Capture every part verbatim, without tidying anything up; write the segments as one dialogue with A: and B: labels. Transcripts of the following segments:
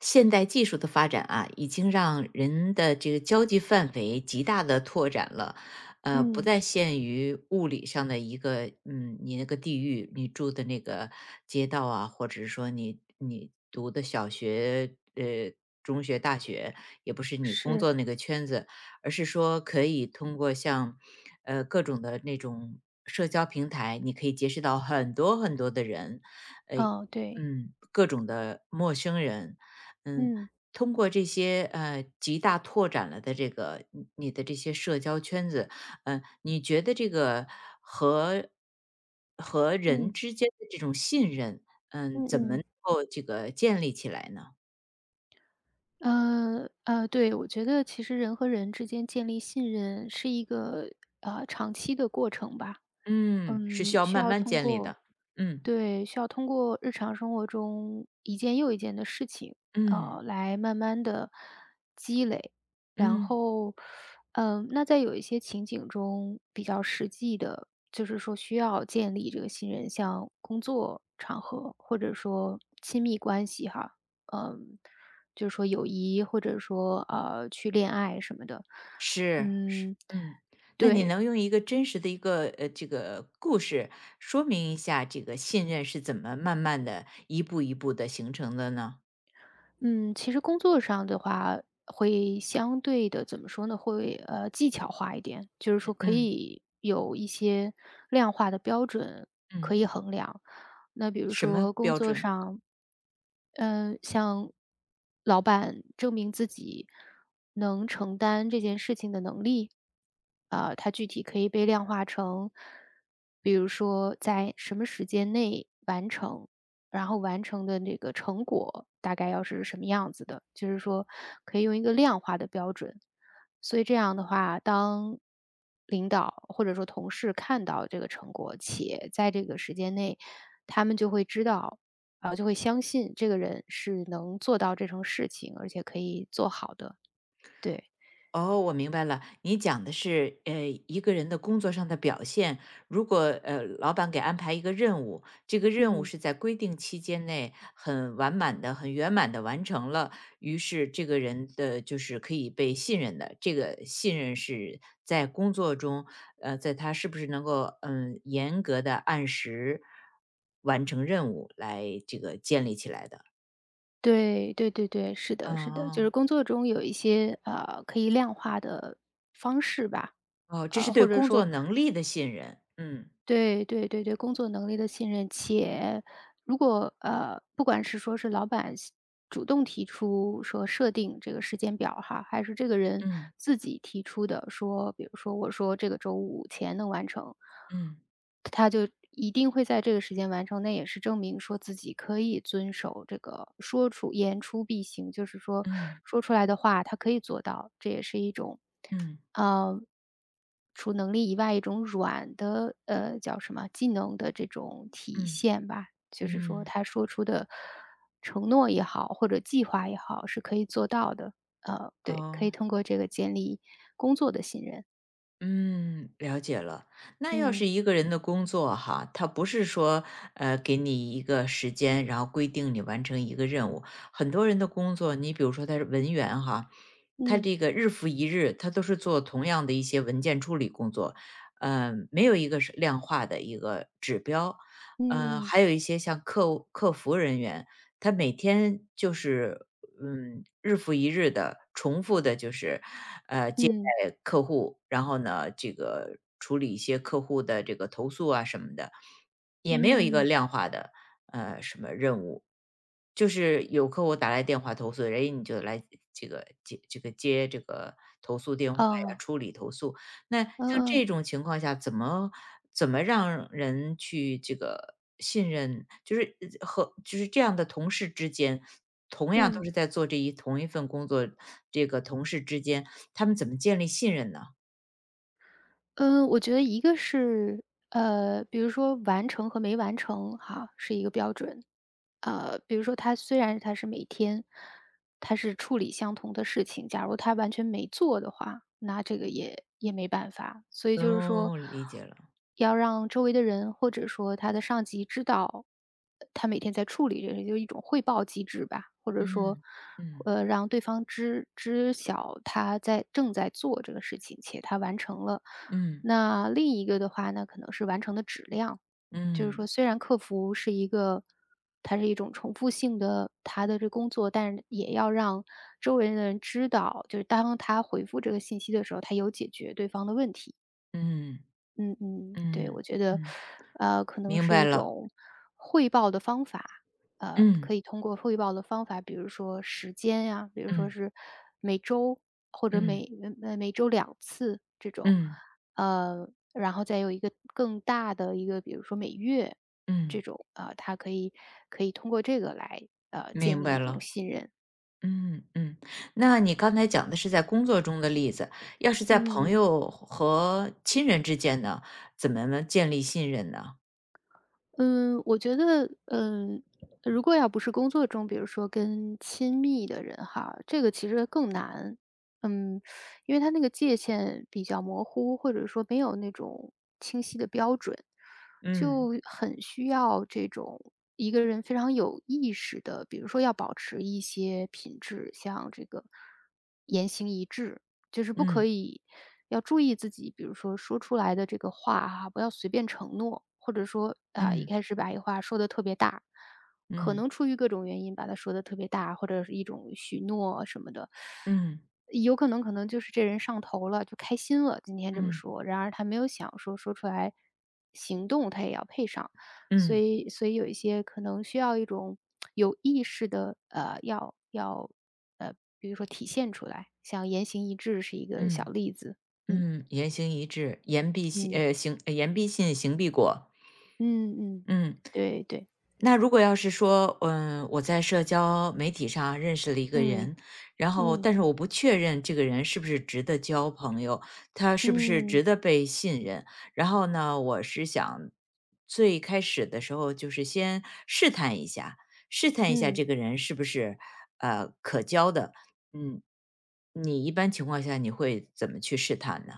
A: 现代技术的发展啊，已经让人的这个交际范围极大的拓展了，呃，不
B: 嗯，
A: 再限于物理上的一个，嗯，你那个地域，你住的那个街道啊，或者是说你你读的小学，呃，中学、大学，也不是你工
B: 是，
A: 作那个圈子，而是说可以通过像，呃，各种的那种社交平台，你可以结识到很多很多的人，呃，
B: 哦，对，
A: 嗯，各种的陌生人，嗯，
B: 嗯，
A: 通过这些呃极大拓展了的这个你你的这些社交圈子，呃，你觉得这个和和人
B: 嗯，
A: 之间的这种信任，嗯，
B: 嗯
A: 怎么能
B: 嗯，
A: 够这个建立起来呢？
B: 呃，呃，对，我觉得其实人和人之间建立信任是一个，呃，长期的过程吧。
A: 嗯，是需
B: 嗯，
A: 要
B: 需
A: 慢
B: 要
A: 慢
B: 通
A: 建立
B: 过
A: 的。嗯。
B: 对，需要通过日常生活中一件又一件的事情，啊，
A: 嗯
B: 来慢慢的积累。然
A: 嗯。
B: 后，嗯，那在有一些情景中比较实际的，就是说需要建立这个信任，像工作场合或者说亲密关系哈，嗯，就是说友谊或者说，呃，去恋爱什么的。
A: 是是。
B: 嗯，
A: 嗯那你
B: 对。
A: 能用一个真实的一个呃这个故事说明一下这个信任是怎么慢慢的一步一步的形成的呢？
B: 嗯，其实工作上的话，会相对的怎么说呢，会，呃，技巧化一点。就是说可
A: 嗯。
B: 以有一些量化的标准
A: 嗯，
B: 可以衡量。那比如
A: 什么
B: 说工
A: 标
B: 作
A: 准？
B: 上，嗯，向老板证明自己能承担这件事情的能力，啊，它具体可以被量化成，比如说在什么时间内完成。然后完成的那个成果大概要是什么样子的，就是说可以用一个量化的标准。所以这样的话，当领导或者说同事看到这个成果，且在这个时间内，他们就会知道，然后就会相信这个人是能做到这种事情，而且可以做好的。对，
A: 哦，我明白了，你讲的是，呃，一个人的工作上的表现，如果呃，老板给安排一个任务，这个任务
B: 嗯，
A: 是在规定期间内很完满的、很圆满的完成了，于是这个人的就是可以被信任的。这个信任是在工作中，呃，在他是不是能够嗯严格的按时完成任务来这个建立起来的。
B: 对对对对，是的，是的，就
A: 哦。
B: 是工作中有一些呃可以量化的方式吧，
A: 哦，这是
B: 呃，
A: 对
B: 或者
A: 工作
B: 说
A: 能力的信任。嗯。
B: 对对对对，工作能力的信任，且如果呃，不管是说是老板希主动提出说设定这个时间表哈，还是这个人
A: 嗯。
B: 自己提出的说，比如说我说这个周五前能完成，
A: 嗯。
B: 他就一定会在这个时间完成，那也是证明说自己可以遵守这个说出言出必行，就是说
A: 嗯。
B: 说出来的话他可以做到，这也是一种，
A: 嗯。嗯。
B: 嗯。除能力以外，一种软的，呃，叫什么技能的这种体
A: 嗯。
B: 现吧。就是说
A: 嗯
B: 他说出的承诺也好，或者计划也好，是可以做到的。呃，对，
A: 哦。
B: 可以通过这个建立工作的信任。
A: 嗯，了解了。那要
B: 嗯，
A: 是一个人的工作哈，他不是说呃给你一个时间，然后规定你完成一个任务。很多人的工作，你比如说他是文员哈，他
B: 嗯，
A: 这个日复一日，他都是做同样的一些文件处理工作，呃，没有一个是量化的一个指标。呃，
B: 嗯嗯，
A: 还有一些像客户客服人员，他每天就是嗯，日复一日的重复的，就是呃接
B: 嗯，
A: 待客户，然后呢，这个处理一些客户的这个投诉啊什么的，也没有一个嗯
B: 嗯，
A: 量化的呃什么任务，就是有客户打来电话投诉，人家你就来这个接这个接这个投诉电话呀，
B: 哦，
A: 处理投诉。那
B: 嗯
A: 像这
B: 嗯，
A: 种情况下，怎么怎么让人去这个信任，就是呃和就是这样的同事之间，同样嗯都
B: 嗯。
A: 是在做这一同一份工作，这个同事之间，他们怎么建立信任呢？
B: 嗯，我觉得一个是，呃，比如说完成和没完成哈，是一个标准。呃，比如说他虽然他是每天，他是处理相同的事情，假如他完全没做的话，那这个也也没办法。所以就是说，
A: 哦，理解了。
B: 要让周围的人或者说他的上级知道，呃他每天在处理这个，就是一种汇报机制吧，或者说，
A: 嗯。嗯。
B: 呃，让对方知知晓他在正在做这个事情，且他完成了。
A: 嗯。
B: 那另一个的话，呢，可能是完成的质量，就是
A: 嗯。
B: 说虽然客服是一个它是一种重复性的他的这工作，但是也要让周围的人知道，就是当他回复这个信息的时候，他有解决对方的问题。
A: 嗯。
B: 嗯嗯，对，
A: 嗯。
B: 我觉得，
A: 嗯。
B: 呃，可能
A: 明
B: 是
A: 白
B: 一
A: 了。
B: 种汇报的方法，呃，可
A: 嗯。
B: 以通过汇报的方法，比如说时间呀，比如说
A: 嗯。
B: 是每周或者
A: 嗯。
B: 每呃每周两次这种，
A: 嗯。
B: 呃，然后再有一个更大的一个，比如说每月这
A: 嗯。
B: 种，啊、呃，它可以可以通过这个来呃
A: 明
B: 建立
A: 白
B: 一种
A: 了。
B: 信任，
A: 嗯嗯，那你刚才讲的是在工作中的例子，要是在朋
B: 嗯。
A: 友和亲人之间呢，怎么能建立信任呢？
B: 嗯，我觉得，嗯，如果要不是工作中，比如说跟亲密的人哈，这个其实更难。嗯，因为他那个界限比较模糊，或者说没有那种清晰的标准，
A: 嗯
B: 就很需要这种一个人非常有意识的，比如说要保持一些品质，像这个就是不可
A: 嗯。
B: 以要注意自己，比如说说出来的这个话哈，不要随便承诺，或者说啊，一
A: 嗯。
B: 开始把一话说的特别大，可
A: 嗯。
B: 能出于各种原因把它说的特别大，或者是一种许诺什么的，
A: 嗯。
B: 有可能可能就是这人上头了，就开心了，今天这
A: 嗯。
B: 么
A: 嗯。
B: 说，然而他没有想说说出来，行动他也要配上。所
A: 嗯。
B: 以所以有一些可能需要一种有意识的，呃，要要，呃，比如说体现出来，像言行一致是一个小
A: 嗯。
B: 例子。嗯
A: 嗯言行一致，言必信，
B: 嗯
A: 呃，行，呃言必信，行必果。
B: 嗯嗯，
A: 嗯。
B: 对对，
A: 那如果要是说，嗯，我在社交媒体上认识了一个
B: 嗯
A: 人，然后
B: 嗯
A: 但是我不确认这个人是不是值得交朋友，他是不是值
B: 嗯
A: 得被信任，然后呢，我是想最开始的时候就是先试探一下，试探一下
B: 嗯
A: 这个人是不是呃可交的，嗯，你一般情况下你会怎么去试探呢？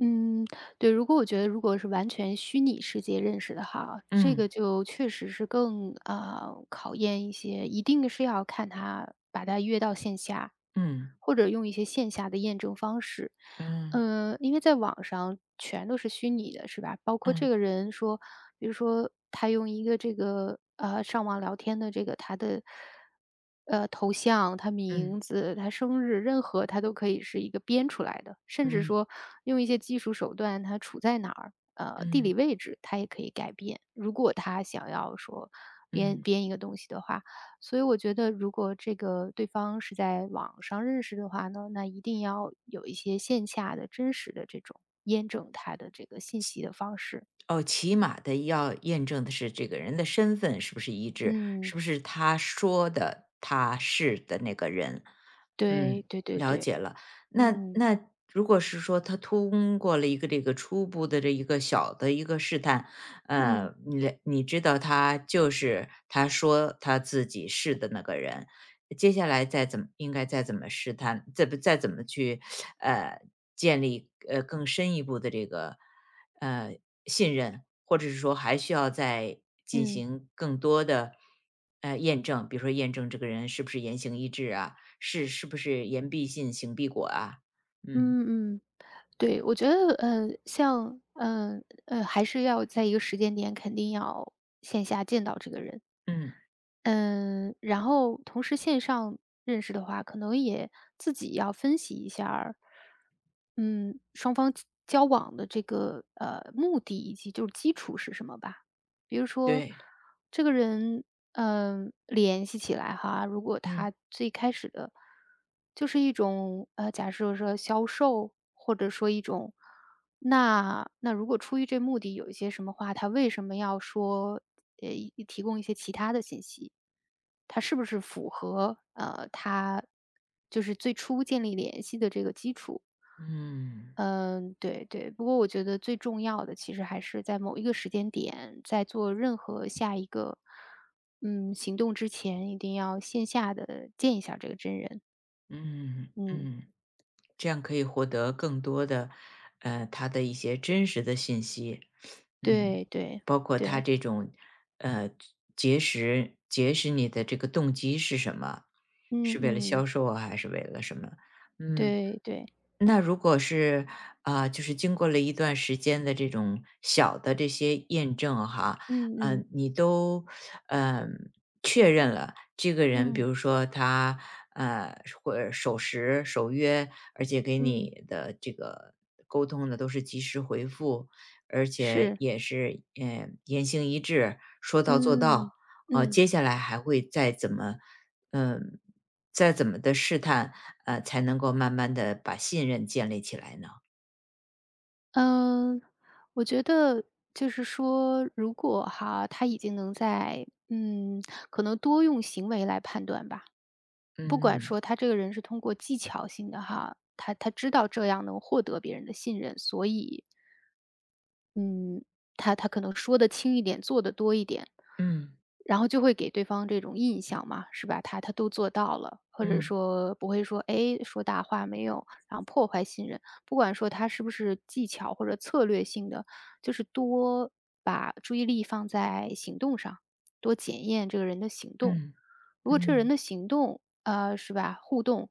B: 嗯，对，如果我觉得如果是完全虚拟世界认识的哈，这
A: 嗯。
B: 个就确实是更，呃，考验一些一定是要看他把他约到线下。
A: 嗯。
B: 或者用一些线下的验证方式。
A: 嗯。
B: 呃，因为在网上全都是虚拟的，是吧？包括
A: 嗯。
B: 这个人说，比如说他用一个这个呃上网聊天的这个他的呃头像、他
A: 嗯。
B: 名
A: 嗯。
B: 字、他生日，任何他都可以是一个编出来的，甚至
A: 嗯。
B: 说用一些技术手段，他处在哪儿，呃，地
A: 嗯。嗯。
B: 理位置他也可以改变。如果他想要说编
A: 嗯。
B: 编一个东西的话，所以我觉得如果这个对方是在网上认识的话呢，那一定要有一些线下的真实的这种验证他的这个信息的方式。
A: 哦，起码的要验证的是这个人的身份是不是一致，是
B: 嗯，
A: 不是他说的他是的那个人。嗯，
B: 对对对
A: 了
B: 对，
A: 解了。那
B: 嗯
A: 那如果是说他通过了一个这个初步的这一个小的一个试探，
B: 嗯
A: 呃，你了你知道他就是他说他自己是的那个人，接下来再怎么应该再怎么试探，再不再怎么去，呃，建立呃更深一步的这个呃信任，或者是说还需要再进
B: 嗯
A: 行更多的呃验证，比如说验证这个人是不是言行一致啊，是是不是言必信，行必果啊？嗯。
B: 嗯嗯，对，我觉得呃，像呃呃，还是要在一个时间点肯定要线下见到这个人。
A: 嗯，
B: 嗯，然后同时线上认识的话，可能也自己要分析一下儿嗯，双方交交往的这个，呃，目的以及就是基础是什么吧。比如说
A: 对。
B: 这个人，嗯，联系起来哈，如果
A: 嗯。
B: 他最开始的就是一种，呃，假设说销售，或者说一种那那如果出于这目的有一些什么话，他为什么要说，呃，提供一些其他的信息？它是不是符合，呃，它就是最初建立联系的这个基础。
A: 嗯。
B: 嗯，对对。不过我觉得最重要的其实还是在某一个时间点，在做任何下一个，嗯，行动之前，一定要线下的见一下这个真人。
A: 嗯。嗯。
B: 嗯，
A: 嗯。这样可以获得更多的，呃，他的一些真实的信息。嗯。
B: 对对
A: 包括他
B: 对，
A: 这种，呃，结识结识你的这个动机是什么？
B: 嗯
A: 是为了销
B: 嗯，
A: 售啊，还是为了什么？嗯。
B: 对对，
A: 那如果是啊、就是经过了一段时间的这种小的这些验证哈，
B: 嗯
A: 嗯、呃
B: 嗯，
A: 你都嗯、呃确认了这个人，比
B: 嗯
A: 如说他呃会守时守约，而且给
B: 嗯，
A: 你的这个沟通呢都是及时回复，而且
B: 是，
A: 也是嗯、呃言行一致，说到做到。
B: 嗯，
A: 呃，
B: 嗯。
A: 接下来还会再怎么嗯，再怎么的试探，呃，才能够慢慢的把信任建立起来呢？
B: 嗯，我觉得就是说，如果哈，他已经能在嗯，可能多用行为来判断吧。不管
A: 嗯。
B: 说他这个人是通过技巧性的哈，他他知道这样能获得别人的信任，所以嗯他他可能说的轻一点，做的多一点，
A: 嗯。
B: 然后就会给对方这种印象嘛，是吧？他他都做到了，或者
A: 嗯。
B: 说不会说，哎，说大话没有，然后破坏信任。不管说他是不是技巧或者策略性的，就是多把注意力放在行动上，多检验这个人的行动。
A: 嗯。
B: 如果这人
A: 嗯。
B: 的行动啊，呃，是吧，互动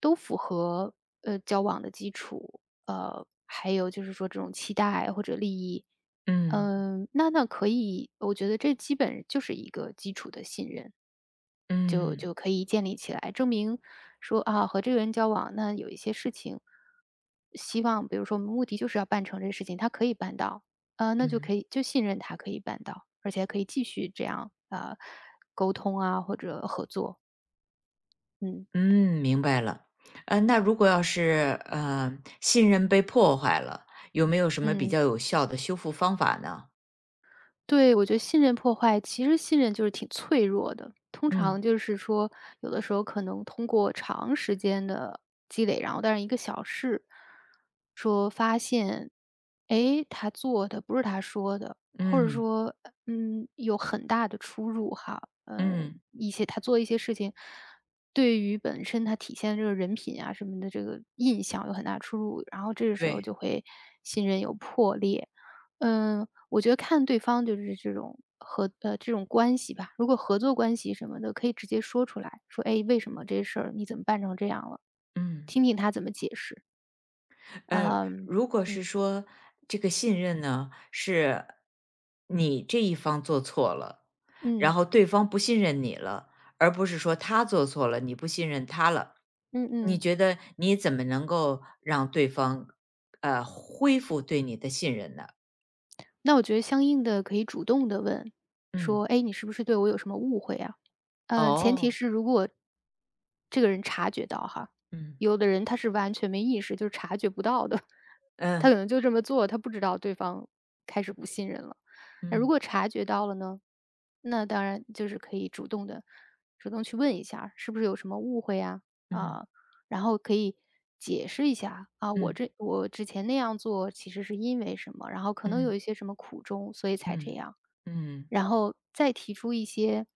B: 都符合，呃，交往的基础，呃，还有就是说这种期待或者利益，
A: 嗯。嗯。
B: 嗯，那那可以，我觉得这基本就是一个基础的信任。就
A: 嗯。
B: 就可以建立起来，证明说啊，和这个人交往，那有一些事情，希望比如说我们目的就是要办成这事情，他可以办到，呃，那就
A: 嗯。
B: 可以就信任他可以办到，而且还可以继续这样啊、呃沟通啊或者合作，嗯
A: 嗯，明白了。呃，那如果要是，呃，信任被破坏了，有没有什么比
B: 嗯。
A: 较有效的修复方法呢？
B: 对，我觉得信任破坏，其实信任就是挺脆弱的。通
A: 嗯。
B: 常就是说，有的时候可能通过长时间的积累，然后但是一个小事，说发现，哎，他做的不是他说的，或者
A: 嗯。
B: 说，嗯，有很大的出入哈。呃，
A: 嗯，
B: 一些他做一些事情，对于本身他体现这个人品啊什么的这个印象有很大出入，然后这个时候
A: 对。
B: 就会信任有破裂。嗯，我觉得看对方就是这种合呃，这种关系吧，如果合作关系什么的，可以直接说出来，说：“哎，为什么这事儿你怎么办成这样了？”
A: 嗯。
B: 听听他怎么解释，
A: 嗯，
B: 嗯，
A: 如果是
B: 嗯，
A: 说这个信任呢，是你这一方做错了，然
B: 嗯，
A: 后对方不信任你了，而不是说他做错了，你不信任他了。
B: 嗯
A: 你
B: 嗯。
A: 觉得你怎么能够让对方呃恢复对你的信任呢？
B: 那我觉得相应的可以主动的问，
A: 嗯。
B: 说：“哎，你是不是对我有什么误会啊？”呃，前提
A: 哦。
B: 是如果这个人察觉到哈，
A: 嗯。
B: 有的人他是完全没意识，就是察觉不到的，他
A: 嗯。
B: 可能就这么做，他不知道对方开始不信任了。那如
A: 嗯。
B: 果察觉到了呢，那当然就是可以主动的，主动去问一下，是不是有什么误会呀？
A: 嗯。
B: 啊，然后可以解释一下，啊，我
A: 嗯。
B: 这我之前那样做其实是因为什么，然后可能
A: 嗯。嗯。
B: 有一些什么苦衷，所以才这
A: 嗯。
B: 样。
A: 嗯。
B: 然后再提出一些，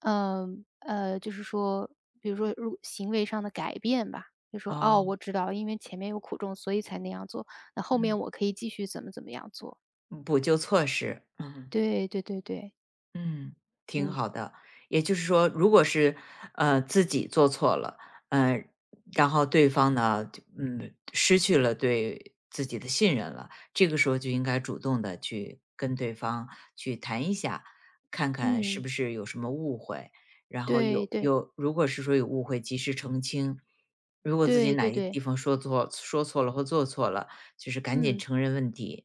B: 嗯呃，就是说，比如说如行为上的改变吧，就说哦，
A: 哦。
B: 我知道，因为前面有苦衷，所以才那样做，那后
A: 嗯，
B: 面我可以继续怎么怎么样做。
A: 补救措施。嗯。
B: 对对对对，
A: 嗯，挺
B: 嗯
A: 好的。也就是说，如果是呃自己做错了，呃，然后对方呢，就嗯，失去了对自己的信任了，这个时候就应该主动的去跟对方去谈一下，看看是
B: 嗯，
A: 不是有什么误会，然后
B: 对
A: 有
B: 对
A: 有，如果是说有误会，及时澄清。如果自己
B: 对
A: 哪
B: 对
A: 一个地
B: 对，
A: 方说错、说错了或做错了，就是赶紧
B: 嗯
A: 承认问题，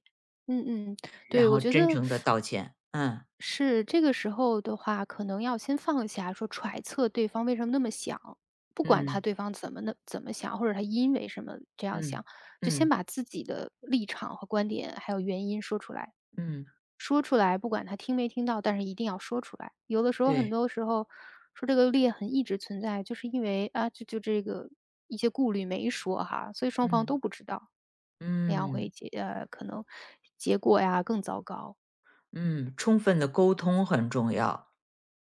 B: 嗯嗯，
A: 然
B: 对，我
A: 后
B: 觉
A: 真
B: 得
A: 诚的道歉。嗯
B: 是，这个时候的话，可能要先放下，说揣测对方为什么那么想，不管他
A: 嗯。
B: 对方怎么那怎么想，或者他因为什么这样
A: 嗯。
B: 想，就
A: 嗯。
B: 先把自己的立场和观点还有原因说出来，
A: 嗯。
B: 说出来，不管他听没听到，但是一定要说出来。有的时候，很
A: 对。
B: 多时候说这个裂痕一直存在，就是因为啊，就就这个一些顾虑没说哈，所以双方
A: 嗯。
B: 都不知道，那样会
A: 嗯。
B: 结呃可能结果呀更糟糕。
A: 嗯。充分的沟通很重要，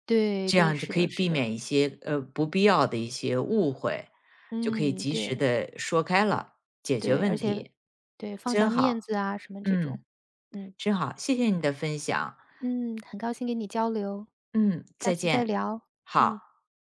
B: 对
A: 这
B: 对，
A: 样就
B: 是
A: 可以
B: 的，是
A: 避
B: 的。
A: 免一些呃不必要的一些误会，就可以
B: 嗯，
A: 及时
B: 对，
A: 的说开了，解决
B: 对，而
A: 问
B: 且
A: 题。
B: 对，放
A: 真
B: 下
A: 好。
B: 面子啊什么这种。
A: 嗯。
B: 嗯，
A: 真好，谢谢你的分享。
B: 嗯，很高兴跟你交流，
A: 嗯，
B: 下
A: 再
B: 次再
A: 见。
B: 聊，
A: 好。
B: 嗯。